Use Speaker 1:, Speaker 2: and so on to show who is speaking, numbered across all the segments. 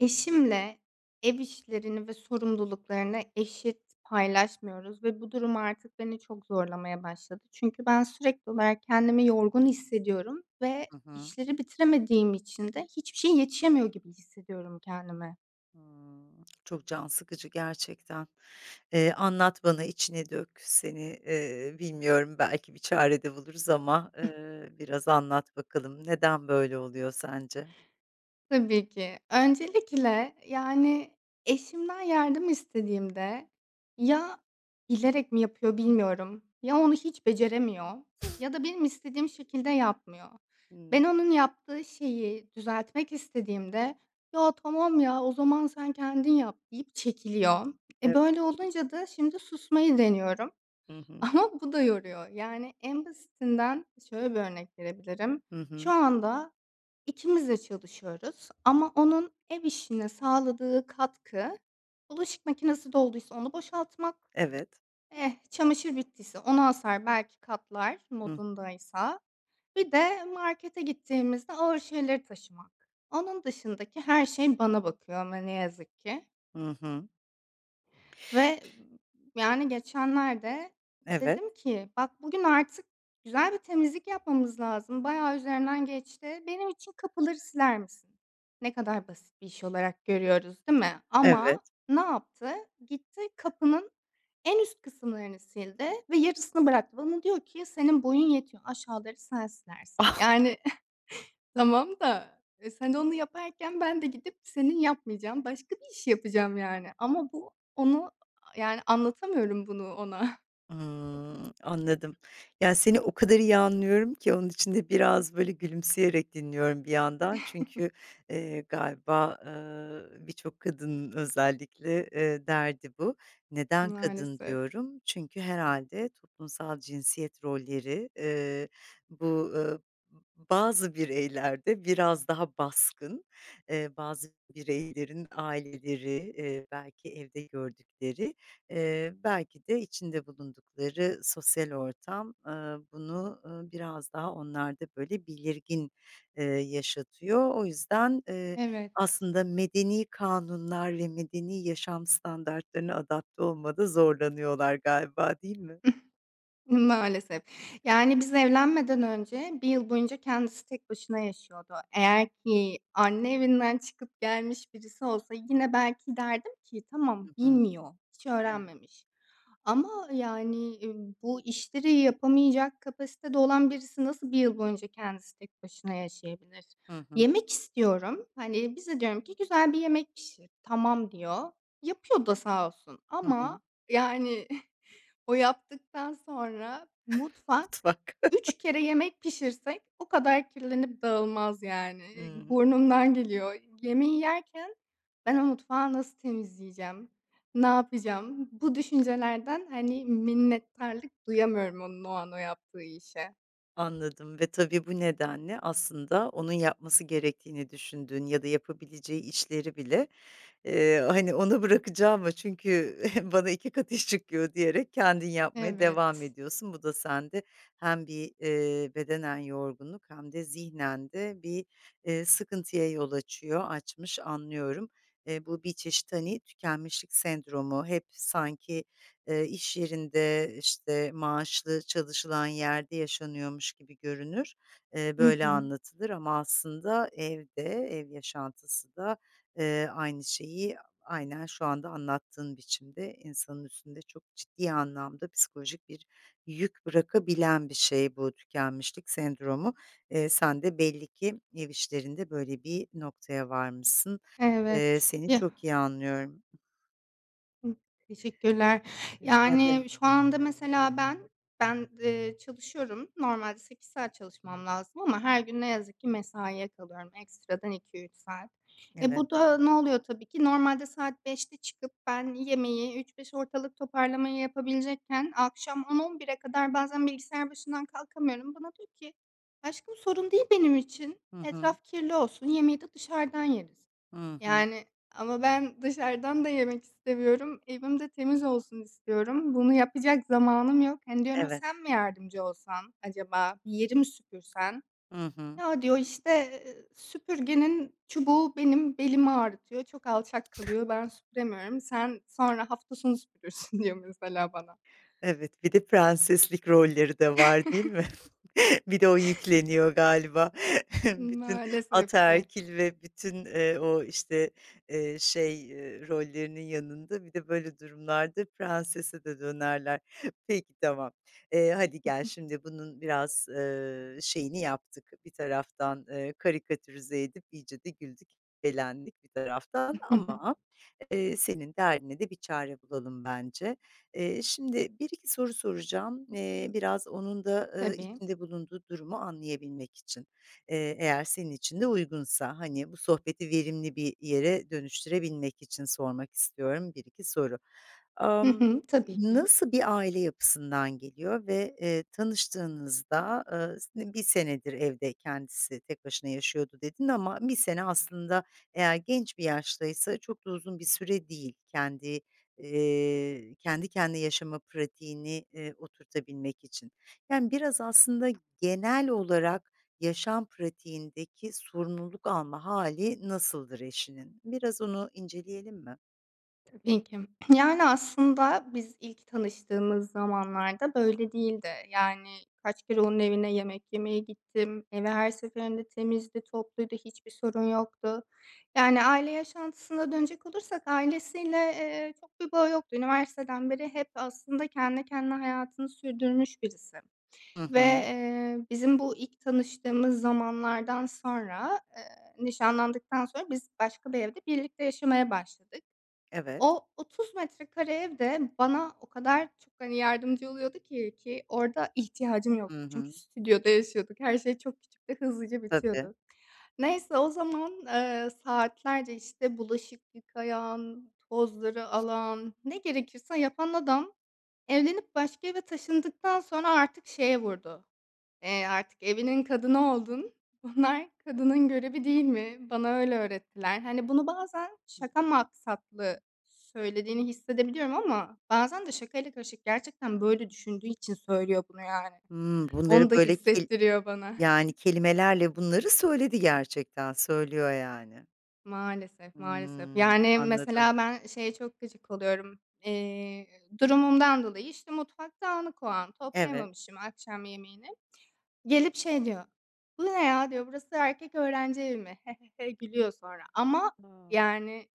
Speaker 1: Eşimle ev işlerini ve sorumluluklarını eşit paylaşmıyoruz ve bu durum artık beni çok zorlamaya başladı. Çünkü ben sürekli olarak kendimi yorgun hissediyorum ve
Speaker 2: Hı hı.
Speaker 1: işleri bitiremediğim için de hiçbir şey yetişemiyor gibi hissediyorum kendimi.
Speaker 2: Hımm. Çok can sıkıcı gerçekten. Anlat bana, içine dök. Seni, bilmiyorum belki bir çare de buluruz ama, biraz anlat bakalım. Neden böyle oluyor sence?
Speaker 1: Tabii ki. Öncelikle, yani, eşimden yardım istediğimde ya bilerek mi yapıyor bilmiyorum, ya onu hiç beceremiyor ya da benim istediğim şekilde yapmıyor.
Speaker 2: Hımm.
Speaker 1: Ben onun yaptığı şeyi düzeltmek istediğimde, "Ya, tamam ya, o zaman sen kendin yap." deyip çekiliyor.
Speaker 2: Ev
Speaker 1: Böyle olunca da şimdi susmayı deniyorum
Speaker 2: Hı hı.
Speaker 1: ama bu da yoruyor. Yani, en basitinden şöyle bir örnek verebilirim.
Speaker 2: Hı
Speaker 1: Şu
Speaker 2: hı.
Speaker 1: anda İkimiz de çalışıyoruz ama onun ev işine sağladığı katkı, bulaşık makinesi dolduysa onu boşaltmak,
Speaker 2: Evet.
Speaker 1: çamaşır bittiyse onu asar, belki katlar
Speaker 2: Hı.
Speaker 1: modundaysa. Bir de markete gittiğimizde ağır şeyleri taşımak. Onun dışındaki her şey bana bakıyor ama ne yazık ki.
Speaker 2: Hı hı.
Speaker 1: Ve, yani, geçenlerde
Speaker 2: Evet.
Speaker 1: dedim ki, "Bak, bugün artık güzel bir temizlik yapmamız lazım. Bayağı üzerinden geçti. Benim için kapıları siler misin?" Ne kadar basit bir iş olarak görüyoruz, değil mi? Ama
Speaker 2: Evet.
Speaker 1: ne yaptı? Gitti, kapının en üst kısımlarını sildi ve yarısını bıraktı. Bana diyor ki, "Senin boyun yetiyor. Aşağıları sen silersin." Yani, tamam da, sen onu yaparken ben de gidip senin yapmayacağın başka bir iş yapacağım yani ama bu onu yani anlatamıyorum bunu ona.
Speaker 2: Hımm, anladım. Ya, seni o kadar iyi anlıyorum ki onun için de biraz, böyle, gülümseyerek dinliyorum bir yandan. Çünkü galiba, birçok kadının özellikle, derdi bu. Neden kadın
Speaker 1: Maalesef.
Speaker 2: diyorum? Çünkü herhâlde toplumsal cinsiyet rolleri, bu, bazı bireylerde biraz daha baskın. Bazı bireylerin aileleri, belki evde gördükleri belki de içinde bulundukları sosyal ortam, bunu, biraz daha onlarda, böyle, belirgin, yaşatıyor. O yüzden,
Speaker 1: Evet.
Speaker 2: aslında medeni kanunlar ve medeni yaşam standartlarına adapte olmada zorlanıyorlar galiba, değil mi?
Speaker 1: Maalesef. Yani biz evlenmeden önce bir yıl boyunca kendisi tek başına yaşıyordu. Eğer ki anne evinden çıkıp gelmiş birisi olsa yine belki derdim ki
Speaker 2: Hı
Speaker 1: tamam
Speaker 2: hı.
Speaker 1: bilmiyor, hiç
Speaker 2: Evet.
Speaker 1: öğrenmemiş. Ama, yani, bu işleri yapamayacak kapasitede olan birisi nasıl bir yıl boyunca kendisi tek başına yaşayabilir?
Speaker 2: Hı hı.
Speaker 1: Yemek istiyorum. Hani, bize diyorum ki, "Güzel bir yemek pişir." "Tamam." diyor. Yapıyor da sağ olsun
Speaker 2: Hı
Speaker 1: ama,
Speaker 2: hı.
Speaker 1: yani o yaptıktan sonra mutfak
Speaker 2: Mutfak.
Speaker 1: 3 kere yemek pişirsek o kadar kirlenip dağılmaz yani.
Speaker 2: Hı hı.
Speaker 1: Burnumdan geliyor. Yemeği yerken ben o mutfağı nasıl temizleyeceğim, ne yapacağım? Bu düşüncelerden, hani, minnettarlık duyamıyorum onun o an o yaptığı işe.
Speaker 2: Anladım ve tabii bu nedenle aslında onun yapması gerektiğini düşündüğün ya da yapabileceği işleri bile, hani, "Ona bırakacağım mı çünkü bana 2 kat iş çıkıyor." diyerek kendin yapmaya devam
Speaker 1: Evet.
Speaker 2: ediyorsun. Bu da sende hem bir, bedenen yorgunluk hem de zihnen de bir, sıkıntıya yol açıyor, açmış, anlıyorum. Bu bir çeşit, hani, tükenmişlik sendromu, hep sanki, iş yerinde, işte, maaşlı çalışılan yerde yaşanıyormuş gibi görünür.
Speaker 1: Hı
Speaker 2: Böyle
Speaker 1: hı.
Speaker 2: anlatılır ama aslında evde, ev yaşantısı da, aynı şeyi aynen şu anda anlattığın biçimde insanın üstünde çok ciddi anlamda psikolojik bir yük bırakabilen bir şey bu tükenmişlik sendromu. Sen de belli ki ev işlerinde böyle bir noktaya varmışsın.
Speaker 1: Evet.
Speaker 2: Seni
Speaker 1: Ya,
Speaker 2: çok iyi anlıyorum.
Speaker 1: Hıh, teşekkürler.
Speaker 2: Rica
Speaker 1: Yani,
Speaker 2: ederim.
Speaker 1: şu anda mesela ben, çalışıyorum. Normalde 8 saat çalışmam lazım ama her gün ne yazık ki mesaiye kalıyorum. Ekstradan iki üç saat.
Speaker 2: Evet.
Speaker 1: Bu da ne oluyor tabii ki? Normalde saat 5'te çıkıp ben yemeği, üç beş ortalık toparlamayı yapabilecekken akşam on on bire kadar bazen bilgisayar başından kalkamıyorum. Bana diyor ki, "Aşkım sorun değil benim için.
Speaker 2: Hı hı.
Speaker 1: Etraf kirli olsun, yemeği de dışarıdan yeriz."
Speaker 2: Hı hı.
Speaker 1: Yani, ama ben dışarıdan da yemek istemiyorum, evim de temiz olsun istiyorum. Bunu yapacak zamanım yok. Hani, diyorum,
Speaker 2: Evet.
Speaker 1: "Sen mi yardımcı olsan acaba? Bir yeri mi süpürsen?"
Speaker 2: Hı hı.
Speaker 1: "Ya," diyor, "işte, süpürgenin çubuğu benim belimi ağrıtıyor, çok alçak kalıyor, ben süpüremiyorum. Sen sonra hafta sonu süpürürsün." diyor mesela bana.
Speaker 2: Evet, bir de prenseslik rolleri de var, değil mi? Bir de o yükleniyor galiba. Bütün
Speaker 1: Maalesef ki.
Speaker 2: ataerkil ve bütün, o, işte, rollerinin yanında bir de böyle durumlarda prensese de dönerler. Peki, tamam. Hadi gel şimdi bunun biraz, şeyini yaptık. Bir taraftan, karikatürize edip iyice de güldük, eğlendik bir taraftan ama, senin derdine de bir çare bulalım bence. Şimdi bir iki soru soracağım. Biraz onun da,
Speaker 1: Tabii.
Speaker 2: içinde bulunduğu durumu anlayabilmek için. Eğer senin için de uygunsa, hani, bu sohbeti verimli bir yere dönüştürebilmek için sormak istiyorum bir iki soru. Amm,
Speaker 1: Tabii ki.
Speaker 2: Nasıl bir aile yapısından geliyor ve, tanıştığınızda, s senedir evde kendisi tek başına yaşıyordu." dedin ama bir sene aslında eğer genç bir yaştaysa çok da uzun bir süre değil. Kendi kendine yaşama pratiğini, oturtabilmek için. Yani, biraz aslında genel olarak yaşam pratiğindeki sorumluluk alma hali nasıldır eşinin? Biraz onu inceleyelim mi?
Speaker 1: Tabii ki. Yani, aslında biz ilk tanıştığımız zamanlarda böyle değildi. Yani, kaç kere onun evine yemek yemeye gittim. Evi her seferinde temizdi, topluydu, hiçbir sorun yoktu. Yani, aile yaşantısına dönecek olursak ailesiyle, çok bir bağı yoktu. Üniversiteden beri hep aslında kendi kendine hayatını sürdürmüş birisi
Speaker 2: Hı
Speaker 1: ve,
Speaker 2: hı.
Speaker 1: bizim bu ilk tanıştığımız zamanlardan sonra, nişanlandıktan sonra biz başka bir evde birlikte yaşamaya başladık.
Speaker 2: Evet.
Speaker 1: O 30 metrekare ev de bana o kadar çok, hani, yardımcı oluyordu ki, ki orada ihtiyacım
Speaker 2: Hı
Speaker 1: yoktu. Çünkü
Speaker 2: hı.
Speaker 1: stüdyoda yaşıyorduk. Her şey çok küçük ve hızlıca
Speaker 2: Tabii.
Speaker 1: bitiyordu. Neyse o zaman, saatlerce, işte, bulaşık yıkayan, tozları alan, ne gerekirse yapan adam evlenip başka eve taşındıktan sonra artık şeye vurdu. Artık evinin kadını oldun. Bunlar kadının görevi değil mi? Bana öyle öğrettiler. Hani, bunu bazen şaka maksatlı söylediğini hissedebiliyorum ama bazen de şakayla karışık gerçekten böyle düşündüğü için söylüyor bunu, yani.
Speaker 2: Hımm,
Speaker 1: Onu
Speaker 2: bunları
Speaker 1: da
Speaker 2: böyle kel
Speaker 1: hissettiriyor bana.
Speaker 2: Yani, kelimelerle bunları söyledi gerçekten, söylüyor yani.
Speaker 1: Maalesef, maalesef.
Speaker 2: Hımm,
Speaker 1: Yani,
Speaker 2: anladım.
Speaker 1: mesela ben şeye çok gıcık oluyorum. Durumumdan dolayı, işte, mutfak dağınık o an,
Speaker 2: Evet.
Speaker 1: toplayamamışım akşam yemeğini. Gelip şey diyor, "Bu ne ya?" diyor, "Burası erkek öğrenci evi mi?" Gülüyor sonra ama
Speaker 2: A!
Speaker 1: yani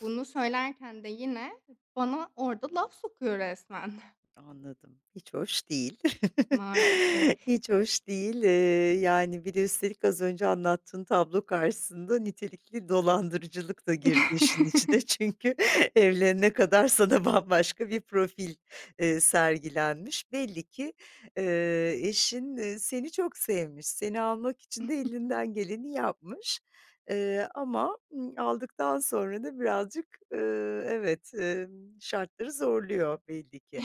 Speaker 1: bunu söylerken de yine bana orada laf sokuyor resmen.
Speaker 2: Anladım. Hiç hoş değil.
Speaker 1: Maalesef.
Speaker 2: Hiç hoş değil. Yani bir de üstelik az önce anlattığın tablo karşısında nitelikli dolandırıcılık da girdi işin içine. Çünkü evlenene kadar sana bambaşka bir profil, sergilenmiş. Belli ki, eşin, seni çok sevmiş. Seni almak için de elinden geleni yapmış. Ama aldıktan sonra da birazcık, evet, şartları zorluyor belli ki.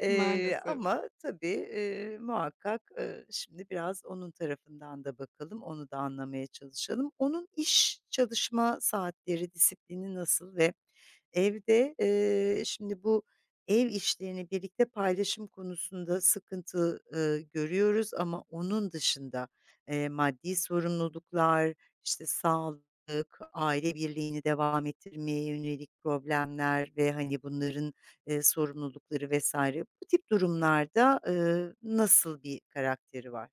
Speaker 1: Maalesef.
Speaker 2: Ama tabii, muhakkak, şimdi biraz onun tarafından da bakalım, onu da anlamaya çalışalım. Onun iş, çalışma saatleri, disiplini nasıl ve evde, şimdi bu ev işlerini birlikte paylaşım konusunda sıkıntı, görüyoruz ama onun dışında, maddi sorumluluklar, işte, sağlık, aile birliğini devam ettirmeye yönelik problemler ve, hani, bunların sorumlulukları vesaire. Bu tip durumlarda, nasıl bir karakteri var?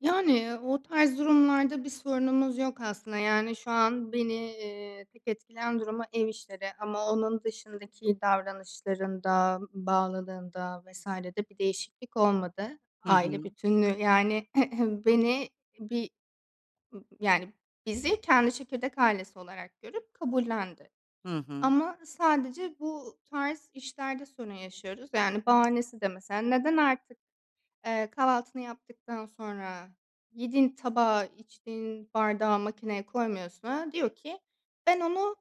Speaker 1: Yani, o tarz durumlarda bir sorunumuz yok aslında. Yani, şu an beni, tek etkileyen durumu ev işleri ama onun dışındaki davranışlarında, bağlılığında vesairede bir değişiklik olmadı.
Speaker 2: Hı
Speaker 1: Aile
Speaker 2: hı.
Speaker 1: bütünlüğü, yani, beni bir, yani, bizi kendi çekirdek ailesi olarak görüp kabullendi.
Speaker 2: Hı hı.
Speaker 1: Ama sadece bu tarz işlerde sorun yaşıyoruz. Yani, bahanesi de mesela, "Neden artık kahvaltını yaptıktan sonra yediğin tabağı, içtiğin bardağı makineye koymuyorsun?" Ha, diyor ki, "Ben onu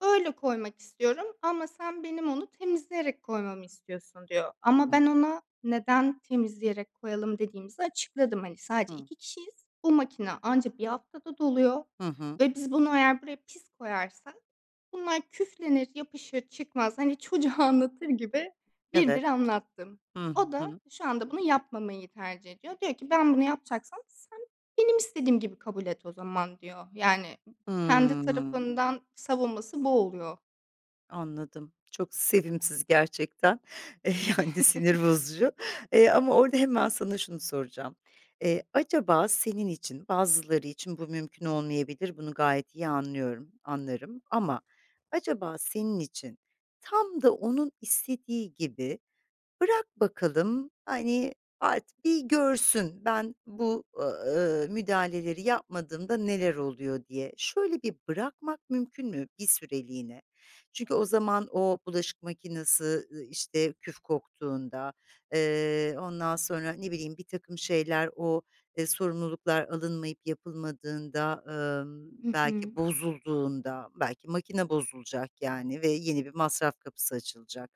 Speaker 1: öyle koymak istiyorum ama sen benim onu temizleyerek koymamı istiyorsun," diyor. Ama
Speaker 2: Hı
Speaker 1: ben ona neden temizleyerek koyalım dediğimizi açıkladım. Hani sadece
Speaker 2: hı.
Speaker 1: 2 kişiyiz. Bu makine anca bir haftada doluyor
Speaker 2: Hı hı.
Speaker 1: ve biz bunu eğer buraya pis koyarsak bunlar küflenir, yapışır, çıkmaz. Hani çocuğa anlatır gibi bir bir
Speaker 2: Evet.
Speaker 1: anlattım.
Speaker 2: Hı
Speaker 1: O da
Speaker 2: hı.
Speaker 1: şu anda bunu yapmamayı tercih ediyor. Diyor ki, "Ben bunu yapacaksam sen benim istediğim gibi kabul et o zaman," diyor. Yani kendi
Speaker 2: Hımm.
Speaker 1: tarafından savunması bu oluyor.
Speaker 2: Anladım. Çok sevimsiz gerçekten. Yani, sinir bozucu. Ama orada hemen sana şunu soracağım. Acaba senin için, bazıları için bu mümkün olmayabilir, bunu gayet iyi anlıyorum, anlarım ama acaba senin için tam da onun istediği gibi Bırak bakalım, hani, artık bir görsün ben bu, müdahaleleri yapmadığımda neler oluyor diye. Şöyle bir bırakmak mümkün mü bir süreliğine? Çünkü o zaman o bulaşık makinesi, işte, küf koktuğunda, ondan sonra, ne bileyim, bir takım şeyler o, sorumluluklar alınmayıp yapılmadığında,
Speaker 1: Hı hı.
Speaker 2: belki bozulduğunda, belki makine bozulacak, yani, ve yeni bir masraf kapısı açılacak.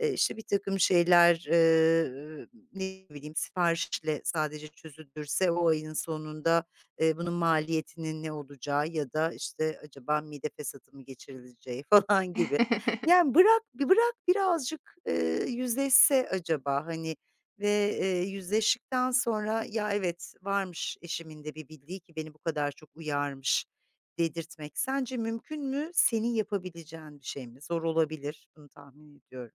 Speaker 2: İşte, bir takım şeyler, ne bileyim, siparişle sadece çözülürse o ayın sonunda, bunun maliyetinin ne olacağı ya da, işte, acaba mide fesatı mı geçirileceği falan gibi. Yani, bırak birazcık, yüzleşse acaba, hani, ve, yüzleştikten sonra "Ya, evet, varmış eşimin de bir bildiği ki beni bu kadar çok uyarmış." dedirtmek sence mümkün mü? Senin yapabileceğin bir şey mi? Zor olabilir, bunu tahmin ediyorum.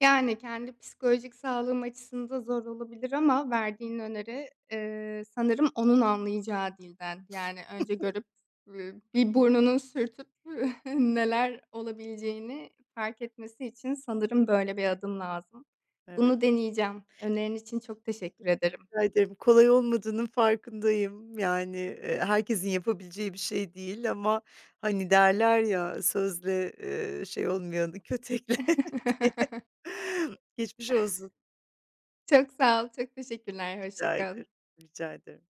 Speaker 1: Yani, kendi psikolojik sağlığım açısında zor olabilir ama verdiğin öneri, sanırım onun anlayacağı dilden, yani, önce görüp, bir burnunun sürtüp neler olabileceğini fark etmesi için sanırım böyle bir adım lazım.
Speaker 2: Evet,
Speaker 1: Bunu deneyeceğim. Önerin için çok teşekkür ederim.
Speaker 2: rica ederim. Kolay olmadığının farkındayım. Yani, herkesin yapabileceği bir şey değil ama, hani, derler ya, "Sözle, şey olmayanı kötekle." diye. Geçmiş olsun.
Speaker 1: Çok sağ ol, çok teşekkürler. Hoşça
Speaker 2: Rica
Speaker 1: kal.
Speaker 2: ederim, rica ederim.